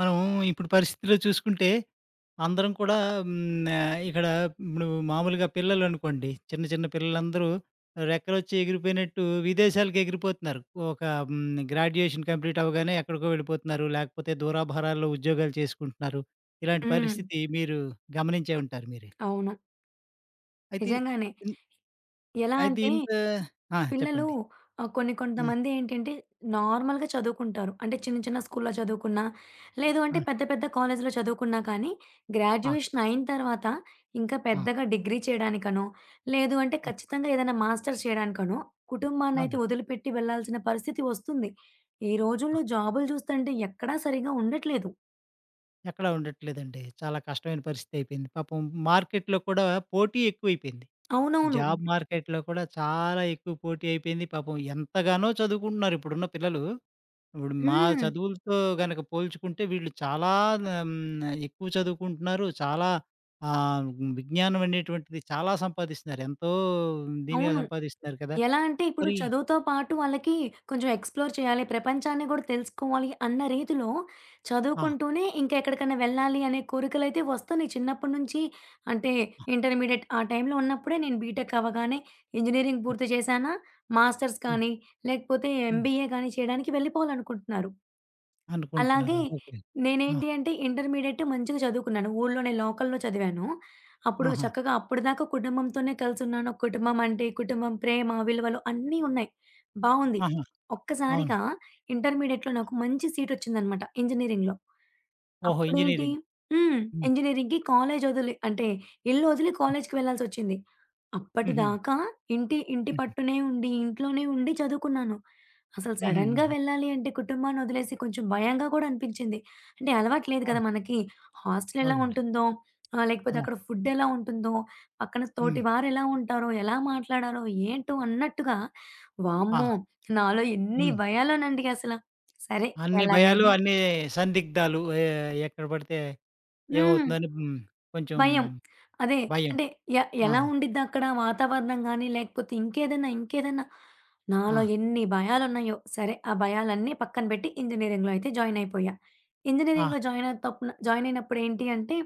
మనం ఇప్పుడు పరిస్థితిలో చూసుకుంటే అందరం కూడా ఇక్కడ ఇప్పుడు మామూలుగా పిల్లలనుకోండి. చిన్న చిన్న పిల్లలందరూ రెక్కలొచ్చి ఎగిరిపోయినట్టు విదేశాలకు ఎగిరిపోతున్నారు. ఒక గ్రాడ్యుయేషన్ కంప్లీట్ అవ్వగానే ఎక్కడికో వెళ్ళిపోతున్నారు. లేకపోతే దూరాభారాల్లో ఉద్యోగాలు చేసుకుంటున్నారు. ఇలాంటి హ్మ్. పరిస్థితి మీరు గమనించే ఉంటారు మీరే. అవును. అయితే నిజంగానే. ఇన్ ఎలా అయితే అంటే ఆ! పిల్లలు, చెప్పండి. కొన్ని హ్మ్. కొంతమంది ఏంటంటే నార్మల్‌గా చదువుకుంటారు. అంటే చిన్న చిన్న స్కూల్‌లో చదువుకున్నా, లేదు అంటే ఆ! పెద్ద పెద్ద కాలేజ్‌లో చదువుకున్నా కానీ ఆ! గ్రాడ్యుయేషన్ అయిన తర్వాత ఇంకా ఆ! పెద్దగా డిగ్రీ చేయడానికనో, లేదు అంటే ఆ! ఖచ్చితంగా ఏదైనా మాస్టర్స్ చేయడానికనో కుటుంబాన్నయితే అవును. వదిలిపెట్టి వెళ్ళాల్సిన పరిస్థితి వస్తుంది. ఈ రోజుల్లో జాబులు చూస్తుంటే ఎక్కడా సరిగ్గా ఉండట్లేదు. ఎక్కడా ఉండట్లేదండి. చాలా కష్టమైన పరిస్థితి అయిపోయింది. పాపం మార్కెట్‌లో కూడా పోటీ ఎక్కువైపోయింది. అవునవును. జాబ్ మార్కెట్‌లో కూడా చాలా ఎక్కువ పోటీ అయిపోయింది. పాపం ఎంతగానో చదువుకుంటున్నారు ఇప్పుడున్న పిల్లలు. ఇప్పుడు మా హ్మ్. చదువులతో గనక పోల్చుకుంటే వీళ్ళు చాలా ఎక్కువ చదువుకుంటున్నారు. చాలా ఆహ్, విజ్ఞానం అనేటువంటిది చాలా సంపాదిస్తున్నారు. ఎంతో దీనిగా అవును. సంపాదిస్తున్నారు కదా! ఎలా అంటే ఇప్పుడు మరి చదువుతో పాటు వాళ్ళకి కొంచెం ఎక్స్‌ప్లోర్ చేయాలి, ప్రపంచాన్ని గూడా తెలుసుకోవాలి అన్న రీతిలో ఆ! చదువుకుంటూనే ఇంకా ఎక్కడికన్నా వెళ్ళాలి అనే కోరికలైతే వస్తున్నాయి చిన్నప్పటి నుంచి. అంటే ఆ! ఇంటర్మీడియేట్ ఆ టైంలో ఉన్నప్పుడే నేను బీటెక్ అవ్వగానే ఇంజినీరింగ్ పూర్తి చేశానా, మాస్టర్స్ హ్మ్. కానీ లేకపోతే హ్మ్. ఎంబీఏ గానీ చేయడానికి వెళ్ళిపోవాలనుకుంటున్నారు. అలాగే అనుకుంటున్నారు. ఓకే. ఆ! నేనేంటి అంటే ఇంటర్మీడియేట్ మంచిగా చదువుకున్నాను. ఊర్లోనే లోకల్‌లో చదివాను. అప్పుడు ఆహా! చక్కగా అప్పటిదాకా కుటుంబంతోనే కలిసున్నాను. కుటుంబం అంటే, కుటుంబం ప్రేమ, విలువలు అన్నీ ఉన్నాయి. బావుంది. ఆహా! అవును. ఒక్కసారిగా ఇంటర్మీడియేట్‌లో నాకు మంచి సీటొచ్చిందనమాట ఇంజినీరింగ్‌లో. ఓహో! అప్పుడేంటి. ఇంజినీరింగ్. హ్మ్. హ్మ్. ఇంజినీరింగ్‌కి కాలేజ్ వదిలి అంటే ఇల్లు వదిలి కాలేజ్‌కి వెళ్ళాల్సొచ్చింది. హుహు. అప్పటిదాకా ఇంటి ఇంటి హ్మ్. పట్టునే ఉండి, ఇంట్లోనే ఉండి చదువుకున్నాను. అసలు సడెన్‌గా హుహుహుహు. వెళ్ళాలి అంటే కుటుంబాన్ని వదిలేసి కొంచెం భయంగా కూడా అనిపించింది. అంటే అలవాటు లేదు కదా అవును. మనకి. హాస్టల్ ఎలా అవునండి. ఉంటుందో, లేకపోతే ఆ! అక్కడ ఫుడ్ ఎలా ఉంటుందో, పక్కన తోటి హ్మ్. వారెలా ఉంటారో, ఎలా మాట్లాడాలో, ఏంటో అన్నట్టుగా, వామ్మో, ఆ! నాలో ఎన్ని హ్మ్. భయాలోనండి అసల. సరే అన్ని భయాలు, ఎలాగైతే. అన్ని సందిగ్ధాలు ఏ ఎక్కడ పడితే హ్మ్. ఏమవుతుందని హ్మ్. కొంచెం భయం. అదే. భయం. అంటే ఎలా ఆహా! ఉండిద్దక్కడ వాతావరణం గాని, లేకపోతే ఇంకేదైనా ఆ! నాలో ఎన్ని భయాలున్నాయో, సరే ఆ భయాలన్నీ పక్కన పెట్టి ఇంజినీరింగ్‌లో అయితే జాయిన్ అయిపోయా. ఆ! ఇంజినీరింగ్‌లో జాయిన్ అయినప్పుడు ఏంటి అంటే,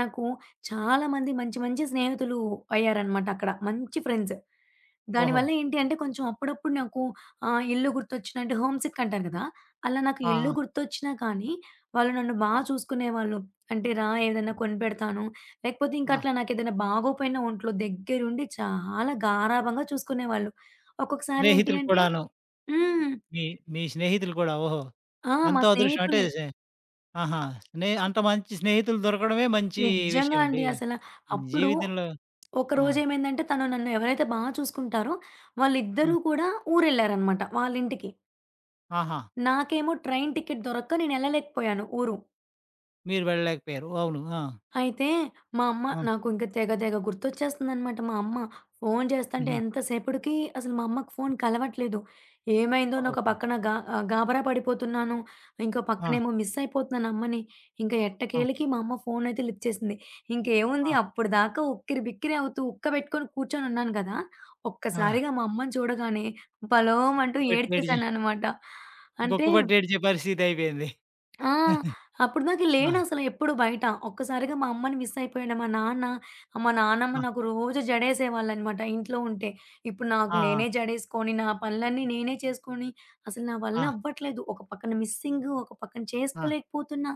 నాకు చాలా మంది మంచి స్నేహితులు అయ్యారనమాట అక్కడ. మంచి ఫ్రెండ్స్. ఓహో! దానివల్ల ఏంటి అంటే, కొంచెం అప్పుడప్పుడు నాకు ఇల్లు గుర్తొచ్చినా అంటే హోమ్ సిక్ అంటారు కదా! అలా నాకు ఆ! ఇల్లు గుర్తొచ్చినా కానీ, వాళ్ళు నన్ను బా ఆ! చూసుకునేవాళ్ళు. అంటే, "రా ఆ! ఏదైనా కొనిపెడతాను, లేకపోతే ఇంక ఆ! అట్లా నాకేదైనా బాగోపోయినా ఒంట్లో దగ్గరుండి చాలా గారాబంగా చూసుకునేవాళ్ళు. ఒక్కొక్కసారి ఏంటి స్నేహితులు అంటే. కూడాను. హ్మ్. మీ మీ స్నేహితులు కూడా ఓహో! ఆ, మా ఎంతో అదృష్టం అంటే స్నేహితులే. ఆహా! అంత మంచి స్నేహితులు దొరకడమే మంచి నిజంగా విషయం అండి. అండి అసల. అప్పుడు జీవితంలో ఆ! ఒకరోజేమైందంటే తను నన్ను ఎవరైతే బా చూసుకుంటారో ఆ! వాళ్ళిద్దరూ కూడా ఊరెళ్లారనమాట వాళ్ళింటికి. ఆహా! నాకేమో ట్రైన్ టికెట్ దొరక్క నేనెళ్ళలేకపోయాను ఊరు. మీరు వెళ్ళలేకపోయారు. అవును. ఆ! అయితే మా అమ్మ ఆ! నాకు ఇంక తెగ తెగ గుర్తొచ్చేస్తుందనమాట. మా అమ్మ ఫోను చేస్తంటే హుహు. ఎంతసేపటికి అసలు మా అమ్మకి ఫోను కలవట్లేదు. ఏమైందో ఓహో! నొక పక్కన గా, గాబరా పడిపోతున్నాను. ఇంకో ఆ! పక్కనేమో మిస్ అయిపోతున్నాను అమ్మని. ఇంక ఆ! ఎట్టకేలకి మా అమ్మ ఫోనయితే లిఫ్ట్ చేసింది. ఇంకేముంది ఆ! అప్పటిదాకా ఉక్కిరిబిక్కిరి అవుతూ ఉక్క పెట్టుకొని కూర్చొనున్నాను గదా! ఆ! ఒక్కసారిగా మా అమ్మని చూడగానే పలోమంటూ గుక్కపట్టి ఏడ్చే ఏడ్చేశాననమాట. అంటే గుక్కపట్టి ఏడ్చే పరిస్థితి అయిపోయింది. ఆ! అప్పటిదాకా ఆ! లేనసల ఎప్పుడు బయట. ఒక్కసారిగా మా అమ్మని మిస్ అయిపోయాను. మా నాన్న, మా నాన్నమ్మ ఆ! నాకు రోజు జడేసేవాళ్ళనమాట ఇంట్లో ఉంటే. ఇప్పుడు నాకు ఆ! నేనే జడేసుకొని, నా పనులన్నీ నేనే చేసుకొని, అసలు నా వల్ల ఆ! అవ్వట్లేదు. ఒక పక్కన మిస్సింగ్, ఒక పక్కన ఆ! చేసుకోలేకపోతున్నా.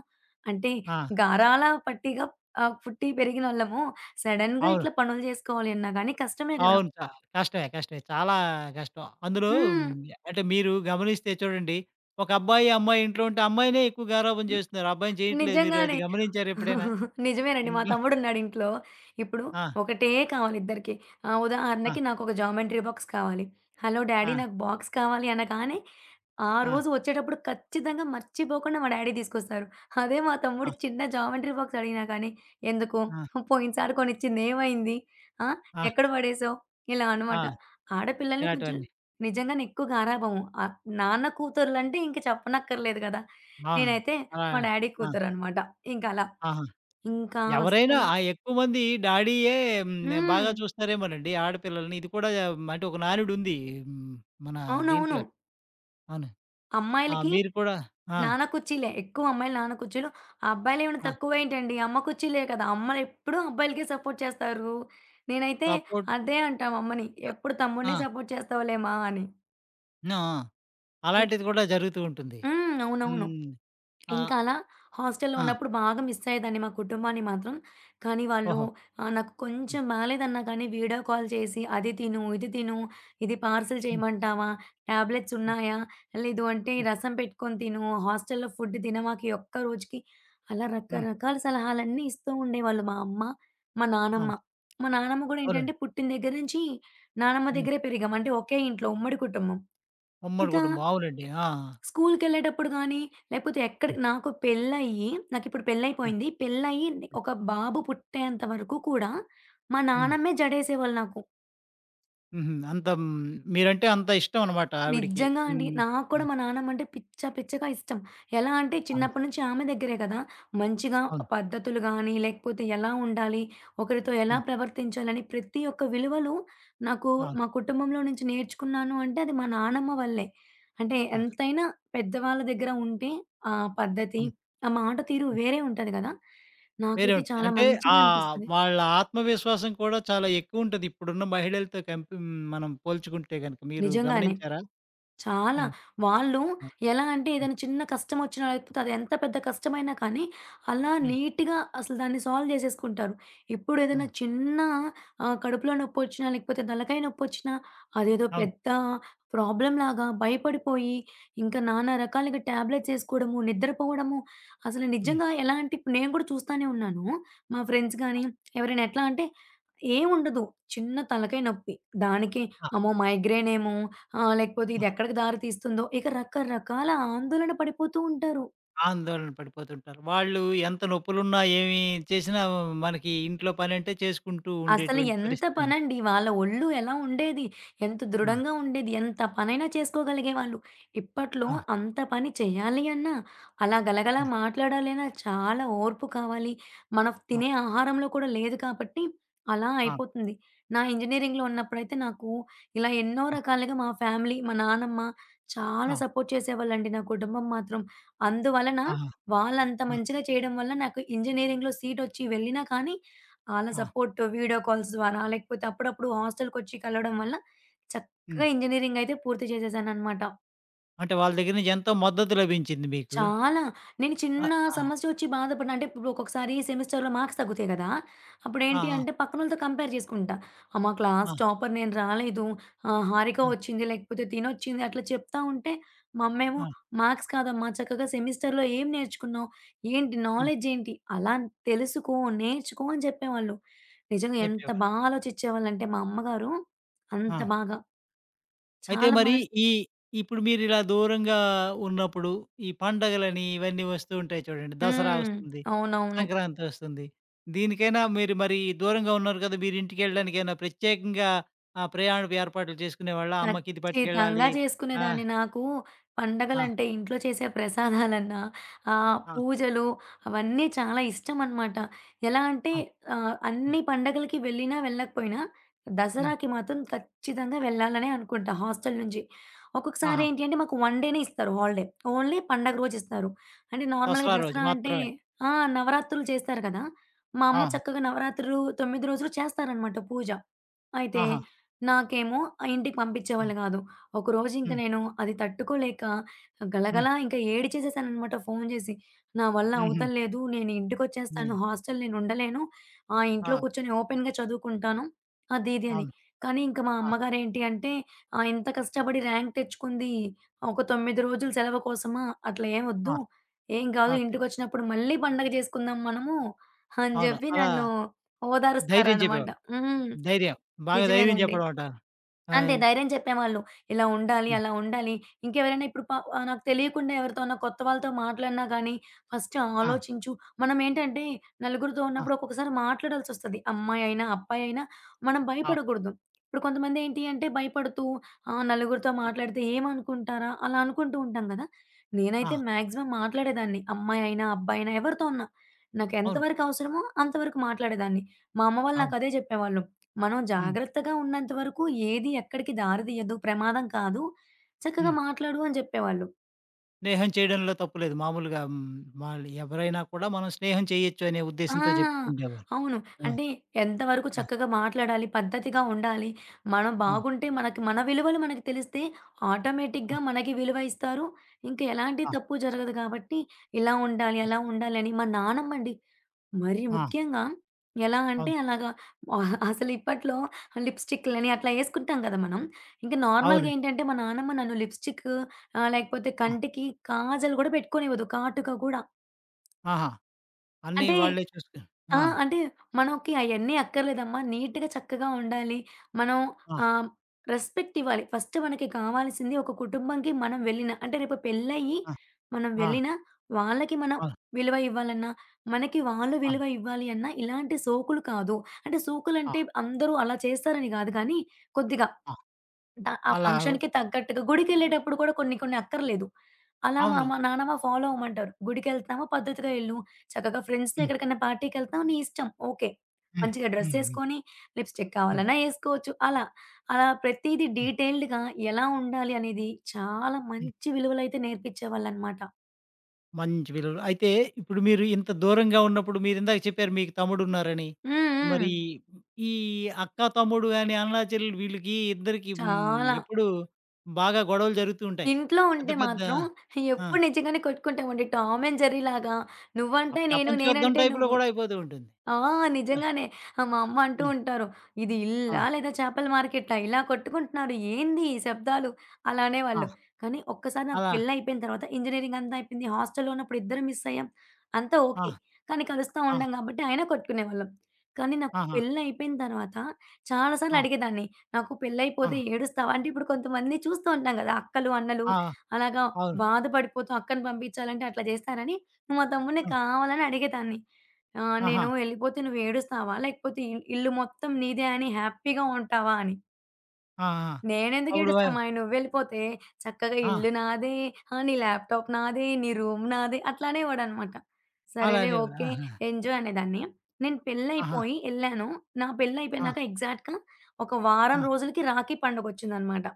అంటే ఆ! గారాల పట్టిగా, పుట్టి పెరిగినోళ్ళము. సడెన్‌గా అవును. ఇట్లా పనులు చేసుకోవాలి అన్నా గానీ కష్టమే గదా! అవును. కష్టమే. కష్టమే. చాలా కష్టం. అందులో హ్మ్, హ్మ్. అంటే మీరు గమనిస్తే చూడండి, ఒక అబ్బాయి, అమ్మాయి ఇంట్లో ఉంటే అమ్మాయినే ఎక్కువ గారాబం చేస్తున్నారు. అబ్బాయిని చేయట్లేదు. మీరు అది నిజంగానే. గమనించారా ఎప్పుడైనా? నిజమేనండి. మా ఇంట్లో తమ్ముడున్నాడింట్లో. ఇప్పుడు ఆ! ఒకటే కావాలి ఇద్దరికీ. ఆ! ఉదాహరణకి నాకొక జామెంట్రీ బాక్స్ కావాలి. హలో! డాడీ ఆ! నాకు బాక్స్ కావాలి అనగానే, ఆ ఆ! రోజు వచ్చేటప్పుడు ఖచ్చితంగా మర్చిపోకుండా మా డాడీ తీసుకొస్తారు. అదే మా తమ్ముడు ఆ! చిన్న జామెంట్రీ బాక్స్ అడిగినా కానీ, "ఎందుకు? ఆ! పోయినసారి కొనిచ్చింది ఏమైంది? ఆ! ఆ! ఎక్కడ పడేసావు?" ఇలా అనమాట. ఆ! ఆడపిల్లల్ని కొంచెం ఇలాంటివన్నీ. నిజంగానే ఎక్కువ గారాబము. నాన్న కూతుర్లంటే ఇంక చెప్పనక్కర్లేదు గదా! ఆ! నేనైతే అలా మా డ్యాడీ ఆ! కూతురనమాట. ఇంకలా. ఆహా! ఇంకా ఎవరైనా అస్సలు. ఆ ఎక్కువ మంది డాడీయే హ్మ్. హ్మ్. బాగా చూస్తారేమోనండి ఆడపిల్లలని. ఇది కూడా అంటే ఒక నానుడుంది. హ్మ్. మన అవునవును. దీంట్లో. అవును. ఆ! అమ్మాయిలకి మీరు కూడా ఆ! నాన్న కుర్చీలే. ఎక్కువ అమ్మాయిలు నాన్న కుర్చీలు. ఆ అబ్బాయిలేమైనా ఆ! తక్కువేంటండి? అమ్మ కుర్చీలే కదా! అమ్మలెప్పుడూ అబ్బాయిలకే సపోర్ట్ చేస్తారు. నేనైతే సపోర్ట్ అదే అంటా మా అమ్మని. ఎప్పుడు తమ్ముడినే ఆ! సపోర్ట్ చేస్తావులేమా అని. ఆ! అయితే. అలాంటిది కూడా జరుగుతూ ఉంటుంది. అవునవును. హ్మ్. ఆహ్, ఇంకా అలా హాస్టల్‌లో ఆ! ఉన్నప్పుడు బాగా మిస్ అయ్యేదాన్ని మా కుటుంబాన్ని మాత్రం. కానీ వాళ్ళు ఓహో! నాకు హ్మ్. కొంచెం బాలేదన్నా కానీ వీడియో కాల్ చేసి అది తిను, ఇది తిను, ఇది పార్సెల్ హ్మ్. చేయమంటావా? టాబ్లెట్స్ హ్మ్. ఉన్నాయా? లేదు అంటే హ్మ్. రసం పెట్టుకొని తిను, హాస్టల్‌లో ఫుడ్ తినమాకు ఈ ఒక్క రోజుకి. అలా హ్మ్. రకరకాల సలహాలన్నీ ఇస్తూ ఉండేవాళ్ళు మా అమ్మ, మా ఆ! నానమ్మ. మా నానమ్మ కూడా ఏంటంటే అవునండి. పుట్టిన దగ్గర నుంచి నానమ్మ హ్మ్. దగ్గరే పెరిగాం. అంటే ఒకే ఇంట్లో ఉమ్మడి కుటుంబం. ఉమ్మడి ఇంకా కుటుంబం. అవునండి. ఆ! స్కూలుకెళ్ళేటప్పుడు గానీ, లేపోతే ఎక్కడ హ్మ్. నాకు పెళ్లయ్యి నాకిప్పుడు హ్మ్. పెళ్లయిపోయింది. పెళ్లయ్యి హ్మ్. ఒక బాబు పుట్టేంత వరకు కూడా మా హ్మ్. నానమ్మే జడేసేవాళ్ళు నాకు. హుహు. అంత హ్మ్. మీరంటే అంత ఇష్టం అన్నమాట ఆవిడకి. నిజంగా అండి. హ్మ్. నాకు ఆ! కూడా మా నానమ్మంటే పిచ్చ పిచ్చగా ఇష్టం. ఎలా అంటే ఆ! చిన్నప్పటి నుంచి ఆమె దగ్గరే కదా! మంచిగా అవును. పద్ధతులు గాని, లేకపోతే ఎలా ఉండాలి, ఒకరితో ఎలా హ్మ్. ప్రవర్తించాలని ప్రతి ఒక్క విలువలు నాకు అవును. మా కుటుంబంలో నుంచి నేర్చుకున్నాను అంటే అది మా నానమ్మ వల్లే. అంటే ఆ! ఎంతైనా పెద్దవాళ్ళ దగ్గర ఉంటే ఆ పద్ధతి, అవును. ఆ మాట తీరు వేరే ఉంటది గదా! వేరే నాకైతే ఉంటుంది. చాలా అంటే ఆ! మంచిగా అనిపిస్తది. వాళ్ళ ఆత్మవిశ్వాసం కూడా చాలా ఎక్కువుంటది. ఇప్పుడున్న మహిళలతో హ్మ్. మనం పోల్చుకుంటే గనక. మీరు నిజంగానే. గమనించారా? చాలా. ఆ! వాళ్ళు ఆ! ఎలా అంటే హ్మ్. ఏదైనా చిన్న కష్టమొచ్చినా, లేకపోతే అది ఎంత పెద్ద కష్టమైనా కానీ, అలా హ్మ్. నీట్‌గా అసలు దాన్ని సాల్వ్ జేసేసుకుంటారు. ఆ! ఇప్పుడేదైనా చిన్న, కడుపులో నొప్పొచ్చినా, లేకపోతే తలకాయ నొప్పొచ్చినా, అదేదో అవును. పెద్ద ప్రాబ్లమ్‌లాగా భయపడిపోయి, ఇంకా నానా రకాలుగా టాబ్లెట్సేసుకోవడము, నిద్రపోవడము, అసలు హ్మ్. నిజంగా ఎలా అంటే ఇప్పుడు నేను గూడా చూస్తానే ఉన్నాను. మా ఫ్రెండ్స్ గానీ, ఎవరైనా ఎట్లా అంటే ఏముండదు. చిన్న తలకాయ నొప్పి. దానికి ఆ! అమ్మో! మైగ్రేనేమో, లేకపోతే ఆ! ఇదెక్కడికి దారి తీస్తుందో, ఇక రకరకాల ఆందోళన పడిపోతూ ఉంటారు. ఆందోళన పడిపోతుంటారు. వాళ్ళు ఎంత నొప్పులున్నా, ఏమి చేసినా మనకి ఇంట్లో పనంటే చేసుకుంటూ అసలు ఉండేటువంటి ఎంత పరిస్థితుంది. పనండి. వాళ్ళ ఒళ్ళు ఎలా ఉండేది, ఎంత ఆ! దృఢంగా ఉండేది, ఎంత పనైనా చేసుకోగలిగేవాళ్ళు. ఇప్పట్లో ఆ! అంత పని చేయాలి అన్నా, అలా గలగలా ఆ! మాట్లాడాలన్నా చాలా ఓర్పు కావాలి. మనం ఆ! తినే ఆహారంలో కూడా లేదు కాబట్టి అలా ఆ! అయిపోతుంది. నా ఇంజినీరింగ్‌లో ఉన్నప్పుడైతే నాకు ఇలా ఎన్నో ఆ! రకాలుగా మా ఫ్యామిలీ, మా నానమ్మ చాలా ఆ! సపోర్ట్ చేసేవాళ్ళండి నా కుటుంబం మాత్రం. అందువలన ఆహా! వాళ్ళంత ఆ! మంచిగా చేయడం వల్ల నాకు ఇంజినీరింగ్‌లో సీటొచ్చి వెళ్ళినా కానీ అలా ఆ! సపోర్ట్ వీడియో కాల్స్ ద్వారా, లేకపోతే అప్పుడప్పుడు హాస్టల్‌కొచ్చి కలవడం వల్ల చక్కగా హ్మ్. ఇంజినీరింగ్ అయితే పూర్తి చేసేసాననమాట. అంటే వాళ్ళ దగ్గర నుంచి ఎంతో మద్దతు లభించింది మీకు. చాలా. నేను ఆ! చిన్న ఆ! సమస్యొచ్చి బాధపడిన అంటే ఇప్పుడు ఒక్కొక్కసారి సెమిస్టర్‌లో మార్క్స్ తగ్గుతాయి గదా! అప్పుడేంటి ఆ! అంటే పక్కనోళ్ళతో కంపేర్ జేసుకుంటా. అమ్మ క్లాస్ ఆ! ఆ! టాపర్ నేను రాలేదు. హారిక ఆ! వచ్చింది లేకపోతే తినొచ్చింది అట్లా చెప్తా ఉంటే మా అమ్మేమో, ఆ! "మార్క్స్ కాదమ్మా చక్కగా సెమిస్టర్‌లో ఏం నేర్చుకున్నావు? ఏంటి హ్మ్. నాలెడ్జ్ ఏంటి? అలా తెలుసుకో, నేర్చుకో" అని చెప్పేవాళ్ళు. నిజంగా ఎంత చెప్పేవారు. బా ఆలోచిచ్చేవాళ్ళంటే మా అమ్మగారు ఆ! అంత బాగా, అయితే చాలా బా. మరి ఈ ఇప్పుడు మీరిలా దూరంగా ఉన్నప్పుడు, ఈ పండగలని ఇవన్నీ వస్తూ ఉంటాయి చూడండి. దసరా హ్మ్. వస్తుంది, అవునవును. సంక్రాంతి వస్తుంది. దీనికైనా మీరు మరి దూరంగా ఉన్నారు కదా! మీరు ఇంటికెళ్ళడానికైనా ప్రత్యేకంగా ప్రయాణపు ఏర్పాట్లు చేసుకునేవాళ్ళా? అమ్మకి ఇది ఖచ్చితంగా పట్టుకెళ్ళాలి. ఆ! చేసుకునేదాన్ని. నాకు ఆ! పండగలంటే ఇంట్లో చేసే ప్రసాదాలన్నా, ఆ! పూజలు అవన్నీ చాలా ఇష్టమనమాట. ఎలా అంటే ఆ! హ్మ్. అన్ని పండగలకి వెళ్ళినా, వెళ్ళకపోయినా హ్మ్. దసరాకి మాత్రం ఖచ్చితంగా వెళ్ళాలనే అనుకుంటా హాస్టల్ నుంచి. ఒక్కొక్కసారి ఆహా! ఏంటి అంటే మాకు 1 డేనే ఇస్తారు హాలిడే. ఓన్లీ పండగ రోజిస్తారు. అంటే నార్మల్‌గా దసరా రోజు దసరా అంటే మాత్రమే. ఆ! నవరాత్రులు చేస్తారు కదా! మా అమ్మ ఆ! చక్కగా నవరాత్రులు 9 రోజులు చేస్తారనమాట పూజ. అయితే ఆహా! నాకేమో ఆ ఇంటికి పంపించేవాళ్ళు హ్మ్. గాదు. ఒకరోజు ఇంక హ్మ్. నేను అది తట్టుకోలేక హ్మ్. గలగలా ఇంక ఏడిచేసేసాననమాట ఫోను జేసి. "నా వల్ల హుహు. అవ్వతల్లేదు. నేను హ్మ్. ఇంటికొచ్చేస్తాను. హాస్టల్ నేను ఉండలేను. ఆ ఇంట్లో ఆ! కూర్చొని ఓపెన్‌గా చదువుకుంటాను." అది ఇది అని. అవును. కానీ ఇంక మా ఆ! అమ్మగారేంటి అంటే, ఇంత కష్టపడి ర్యాంక్ తెచ్చుకుంది. ఒక 9 రోజులు సెలవు కోసమా? అట్లా ఏం ఆ! ఒద్దు. ఏం గాదు ఓకే. ఇంటికొచ్చినప్పుడు మళ్ళీ పండగ జేసుకుందాం మనము" అని అవును. జెప్పి అలా నన్ను ధైర్యం ఓదారుస్తారనమాట. చెప్పేవారు. హ్మ్. ధైర్యం. బాగా ధైర్యం నిజమేనండి. చెప్పడం అంటారు. ఆ! అంతే ధైర్యం చెప్పేవాళ్ళు. ఇలా ఉండాలి, ఆ! అలా ఉండాలి. ఇంకెవరైనా ఇప్పుడు నాకు తెలియకుండా ఎవరితోనా కొత్త వాళ్ళతో మాట్లాడినా గానీ, ఫస్ట్ ఆ! ఆలోచించు. మనమేంటంటే నలుగురితో ఆ! ఉన్నప్పుడు ఒక్కొక్కసారి మాట్లాడాల్సొస్తది. అమ్మాయి అయినా, అబ్బాయి అయినా మనం ఆ! భయపడకూడదు. ఇప్పుడు కొంతమంది ఏంటి అంటే భయపడుతూ, నలుగురితో మాట్లాడితే ఏమనుకుంటారా? అలా అనుకుంటూ ఉంటాం గదా! నేనైతే ఆ! మాక్సిమం మాట్లాడేదాన్ని. అమ్మాయి అయినా, అబ్బాయి అయినా ఎవరితో ఉన్నా. నాకు అవును. ఎంతవరకు అవసరమో అంతవరకు మాట్లాడేదాన్ని. మా అమ్మ వాళ్ళు అవును. నాకదే చెప్పేవాళ్ళు. మనం హ్మ్. జాగ్రత్తగా ఉన్నంత వరకు ఏది ఎక్కడికి దారి తీయదు. ప్రమాదం కాదు. చక్కగా హ్మ్. మాట్లాడు అని చెప్పేవాళ్ళు. స్నేహం చేయడంలో తప్పు లేదు. మామూలుగా హ్మ్, వాళ్ళు ఎవరైనా కూడా మనం స్నేహం చేయొచ్చు అనే ఉద్దేశ్యంతో చెప్తూ ఆ! ఉండేవారు. అవును. ఆ! అంటే ఎంతవరకు ఆ! చక్కగా మాట్లాడాలి, పద్ధతిగా ఉండాలి. మనం ఆ! బాగుంటే మనకి మన విలువలు మనకు తెలిస్తే ఆటోమేటిక్‌గా మనకి విలువ ఇస్తారు. ఇంక ఎలాంటి ఆ! తప్పు జరగదు కాబట్టి ఇలా ఉండాలి, ఆ! అలా ఉండాలని మా నానమ్మ అండి. మరి ఆ! ముఖ్యంగా ఎలా అంటే అవును. అలాగా, అసలు ఇప్పట్లో లిప్‌స్టిక్‌లని అట్లా యేసుకుంటాం కదా! మనం. ఇంక నార్మల్‌గా అవునండి. ఏంటంటే మా నానమ్మ నన్ను లిప్‌స్టిక్, లేకపోతే ఆ! కంటికి కాజల్ గూడా పెట్టుకోనివ్వదు కాటుక గూడా. ఆహా! అన్నీ అంటే వాళ్ళే చూసుకుని ఆ! ఆ! అంటే మనకి అయన్నీ అక్కర్లేదమ్మా. నీట్‌గా, చక్కగా ఉండాలి. మనం ఆ! ఆహ్, రెస్పెక్ట్ ఇవ్వాలి. ఫస్ట్ మనకి కావాల్సింది ఒక కుటుంబంకి మనం వెళ్ళిన అంటే రేపు పెళ్ళయ్యి ఆ! మనం ఆ! వెళ్ళినా వాళ్ళకి మనం అవును. విలువ ఇవ్వాలన్నా, మనకి వాళ్ళు విలువ అవును. ఇవ్వాలి అన్నా ఇలాంటి సోకులు కాదు. అంటే ఆ! సోకులంటే అందరూ అలా చేస్తారని కాదు కానీ కొద్దిగా ఆ! ఆ అలా ఫంక్షన్‌కి తగ్గట్టుగా గుడికెళ్ళేటప్పుడు కూడా కొన్ని కొన్ని అక్కర్లేదు. అలా మా అవును. అమ్మ, నానమ్మ ఫాలో అవ్వమంటారు. గుడికెళ్తున్నామా పద్ధతిగా ఎళ్ళు. చక్కగా ఫ్రెండ్స్‌తో హ్మ్. ఎక్కడికైనా పార్టీకెళ్తున్నామా నీ ఇష్టం. ఓకే. హ్మ్. మంచిగా డ్రెస్ హ్మ్. హ్మ్. యేసుకొని లిప్‌స్టిక్ హ్మ్. కావాలన్నా యేసుకోవచ్చు. అలా. అలా ప్రతీది హ్మ్. డీటెయిల్డ్‌గా ఎలా ఉండాలి అనేది చాలా మంచి విలువలైతే నేర్పించేవాళ్ళనమాట. మంచి విలువలు. అయితే ఇప్పుడు మీరు ఇంత దూరంగా ఉన్నప్పుడు మీరిందాక చెప్పారు మీకు తమ్ముడున్నారని. హ్మ్. హ్మ్. మరి ఈ అక్క, తమ్ముడు గాని, అన్నా, చెల్లెలు వీళ్ళకి ఇద్దరికి హ్మ్, చాలా. ఎప్పుడూ బాగా గొడవలు జరుగుతూ ఉంటాయి. ఇంట్లో పెద్ద ఉంటే పెద్ద మాత్రం ఆ! ఎప్పుడు నిజంగానే కొట్టుకుంటామండి. టామ్ అండ్ జెర్రీ లాగా ఆ నువ్వంటే నేను, ప్రపంచ యుద్ధం నేనంటే టైప్‌లో నువ్వు. గూడా అయిపోతూ ఉంటుంది. ఆ! నిజంగానే. మా అమ్మ అంటూ ఆ! ఉంటారు. "ఇది ఆ! ఇల్లా? ఆ! లేదా చేపల మార్కెట్టా? ఇలా కొట్టుకుంటున్నారు. ఏంది ఈ శబ్దాలు?" అలా ఆ! అనేవాళ్ళు. కానీ ఒక్కసారి నాకు అలా పెళ్లయిపోయిన తర్వాత ఇంజినీరింగ్ అంతా అయిపోయింది. హాస్టల్‌లో ఉన్నప్పుడు ఇద్దరం మిస్ అయ్యాం. అంతా ఆ! ఓకే. కానీ కలుస్తా ఆ! ఉండం కాబట్టి అయినా కొట్టుకునేవాళ్ళం. కానీ నాకు ఆహా! పెళ్లయిపోయిన తర్వాత చాలా సార్లు ఆ! అడిగేదాన్ని. "నాకు ఆ! పెళ్లయిపోతే ఏడుస్తావా?" అంటే ఇప్పుడు కొంతమంది చూస్తూ ఉంటాం గదా! అక్కలు, అన్నలు ఆ! అలాగా అవును. బాధపడిపోతూ అక్కని పంపించాలంటే అట్లా చేస్తారని, మా తమ్ముడిని ఆ! కావాలని అడిగేదాన్ని. ఆ! ఆహా! నేను ఎళ్ళిపోతే నువ్వు ఏడుస్తావా? లేకపోతే ఇల్లు మొత్తం నీదే అని హ్యాపీగా ఉంటావా అని. ఆ! ఆ! నేనెందుకు అప్పుడు ఏడుస్తా మాయి నువ్వెళ్ళిపోతే చక్కగా ఆ! ఇల్లు నాదే, నీ ల్యాప్‌టాప్ నాదే, నీ రూమ్ నాదే అట్లా అనేవాడనమాట. సరేలే అలానే ఓకే. ఆహా! ఎంజాయ్ అనేదాన్ని. నేను ఆహా! పెళ్లయిపోయి ఎళ్ళాను. నా ఆ! పెళ్లయిపోయినాక ఎగ్జాక్ట్‌గా ఒక వారం ఆ! రోజులకి రాఖీ పండుగొచ్చిందనమాట.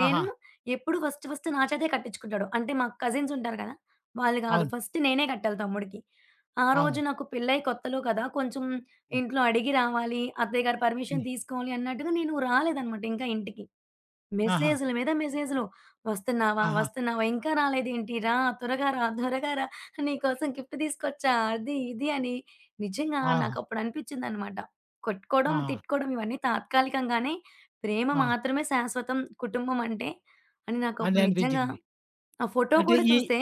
నేను ఆహా! ఎప్పుడు ఫస్ట్ ఫస్ట్ నా చేతే కట్టించుకుంటాడు. అంటే మా కజిన్స్ ఉంటారు కదా! వాళ్ళు గాదు. అవును. ఫస్ట్ నేనే కట్టాలి తమ్ముడికి. ఆ రోజు అవును. నాకు పెళ్లయి కొత్తలో కదా! కొంచెం హ్మ్. ఇంట్లో అడిగి రావాలి. అత్తయ్య గారి పర్మిషన్ హ్మ్. తీసుకోవాలి అన్నట్టుగా నేను రాలేదన్నమాట ఇంకా ఇంటికి. ఆహా! మెసేజుల మీద మెసేజులు. "వస్తున్నావా? ఆహా! వస్తున్నావా? ఇంకా రాలేదేంటి? రా! త్వరగా రా! త్వరగా రా! నీకోసం గిఫ్ట్ తీసుకొచ్చా" అది, ఇది అని నిజంగా ఆహా! నాకప్పుడు అనిపిచ్చిందనమాట. కొట్టుకోవడం, ఆహా! తిట్టుకోవడం ఇవన్నీ తాత్కాలికంగానే, ప్రేమ ఆ! మాత్రమే శాశ్వతం, కుటుంబం అంటే, అని అని నాకప్పుడు నిజంగా, అనిపించింది మీకు. ఆ ఫోటో అంటే కూడా ఈ చూస్తే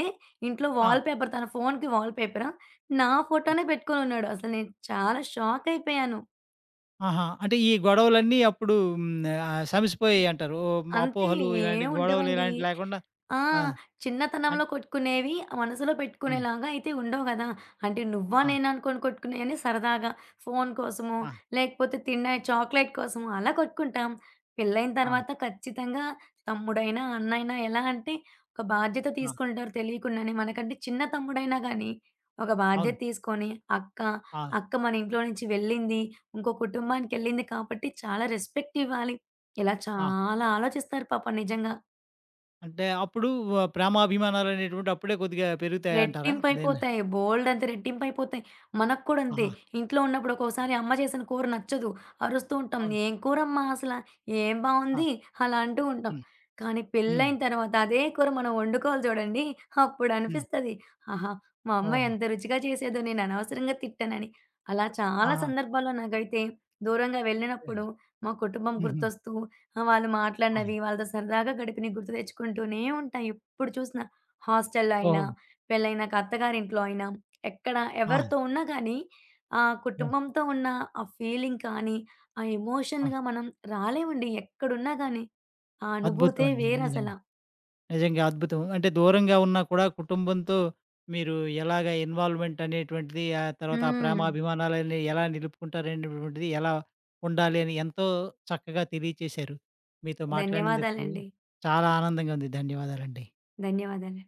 ఇంట్లో ఆ! వాల్ పేపర్ తన ఫోన్‌కి వాల్ పేపర్ నా ఫోటోనే పెట్టుకొనున్నాడు. అసలు నేను చాలా షాకయిపోయాను. ఆహా! అంటే ఈ గొడవలన్నీ అప్పుడు హ్మ్. సమసిపోయాయంటారు. ఓ అంతే అపోహలు ఇలాంటి ఏం గొడవలు ఉండవండి. ఇలాంటివి లేకుండా ఆ! ఆ! చిన్నతనంలో అంటే కొట్టుకునేవి మనసులో హ్మ్. పెట్టుకునేలాగా అయితే ఉండవు గదా! అంటే నువ్వా ఆ! నేనా అనుకోని కొట్టుకునేయని సరదాగా ఫోను కోసమో, ఆ! లేకపోతే తిన్న చాక్లెట్ కోసమో అలా కొట్టుకుంటాం. పెళ్లయిన ఆ! తర్వాత ఖచ్చితంగా తమ్ముడైనా, అన్నయినా ఎలా అంటే ఒక బాధ్యత ఆ! తీసుకుంటారు తెలియకుండానే. మనకంటే చిన్న తమ్ముడైనా గానీ ఒక బాధ్యత అవును. తీసుకొని, అక్క, ఆ! అక్క మన ఇంట్లో నుంచి వెళ్ళింది, ఇంకో కుటుంబానికెళ్ళింది కాబట్టి చాలా రెస్పెక్ట్ ఇవ్వాలి. ఇలా ఆ! చాలా ఆలోచిస్తారు పాపం నిజంగా. అంటే అప్పుడు ప్రేమాభిమానాలనేటువంటివి అప్పుడే కొద్దిగా పెరుగుతాయంటారా? దేని రెట్టింపయిపోతాయి. బోలెడంత రెట్టింపయిపోతాయి. మనకు కూడా అంతే. ఆహా! ఇంట్లో ఉన్నప్పుడు ఒక్కోసారి అమ్మ చేసిన కూర నచ్చదు. అరుస్తూ ఉంటాం. అవును. "ఏం కూరమ్మా అసల? ఏం ఆ! బావుంది?" అలా అంటూ ఉంటాం. హ్మ్. కానీ హ్మ్. పెళ్ళైన తర్వాత అదే కూర మనం వండుకోవాలి చూడండి. హ్మ్. అప్పుడనిపిస్తది. ఆహా! మా అమ్మ ఓహో! ఎంత రుచిగా చేసేదో నేను అనవసరంగా తిట్టానని. అలా చాలా ఆహా! సందర్భాల్లో నాకైతే దూరంగా ఓకే. వెళ్ళినప్పుడు మా కుటుంబం హుహు. గుర్తొస్తూ, వాళ్ళు ఆ! మాట్లాడినవి వాళ్ళతో సరదాగా గడిపినవి గుర్తు తెచ్చుకుంటూనే ఉంటా ఎప్పుడు చూసినా. హాస్టల్‌లో అయినా, ఓహో! పెళ్ళైనాక అత్తగారింట్లో అయినా, ఎక్కడ ఆ! ఎవరితో ఉన్నా గానీ, ఆ ఆ! కుటుంబంతో ఉన్న ఆ ఫీలింగ్ కానీ, ఆ ఆ! ఎమోషన్‌గా మనం రాలేమండి ఎక్కడున్నా గానీ. ఆ అద్భుతం అనుభూతే అండి. వేరసల. నిజంగా. నిజంగా అద్భుతం. అంటే దూరంగా ఉన్నా కూడా కుటుంబంతో మీరు ఎలాగ ఇన్వాల్వ్‌మెంట్ అనేటువంటిది, ఆ తర్వాత ఆ హ్మ్. ప్రేమాభిమానాలన్నీ ఎలా నిలుపుకుంటారనేటువంటిది, ఎలా ఉండాలి అని ఎంతో చక్కగా తెలియచేశారు. మీతో మాట్లాడినందుకు ధన్యవాదాలండి. చాలా ఆనందంగా ఉంది. ధన్యవాదాలండి. ధన్యవాదాలు.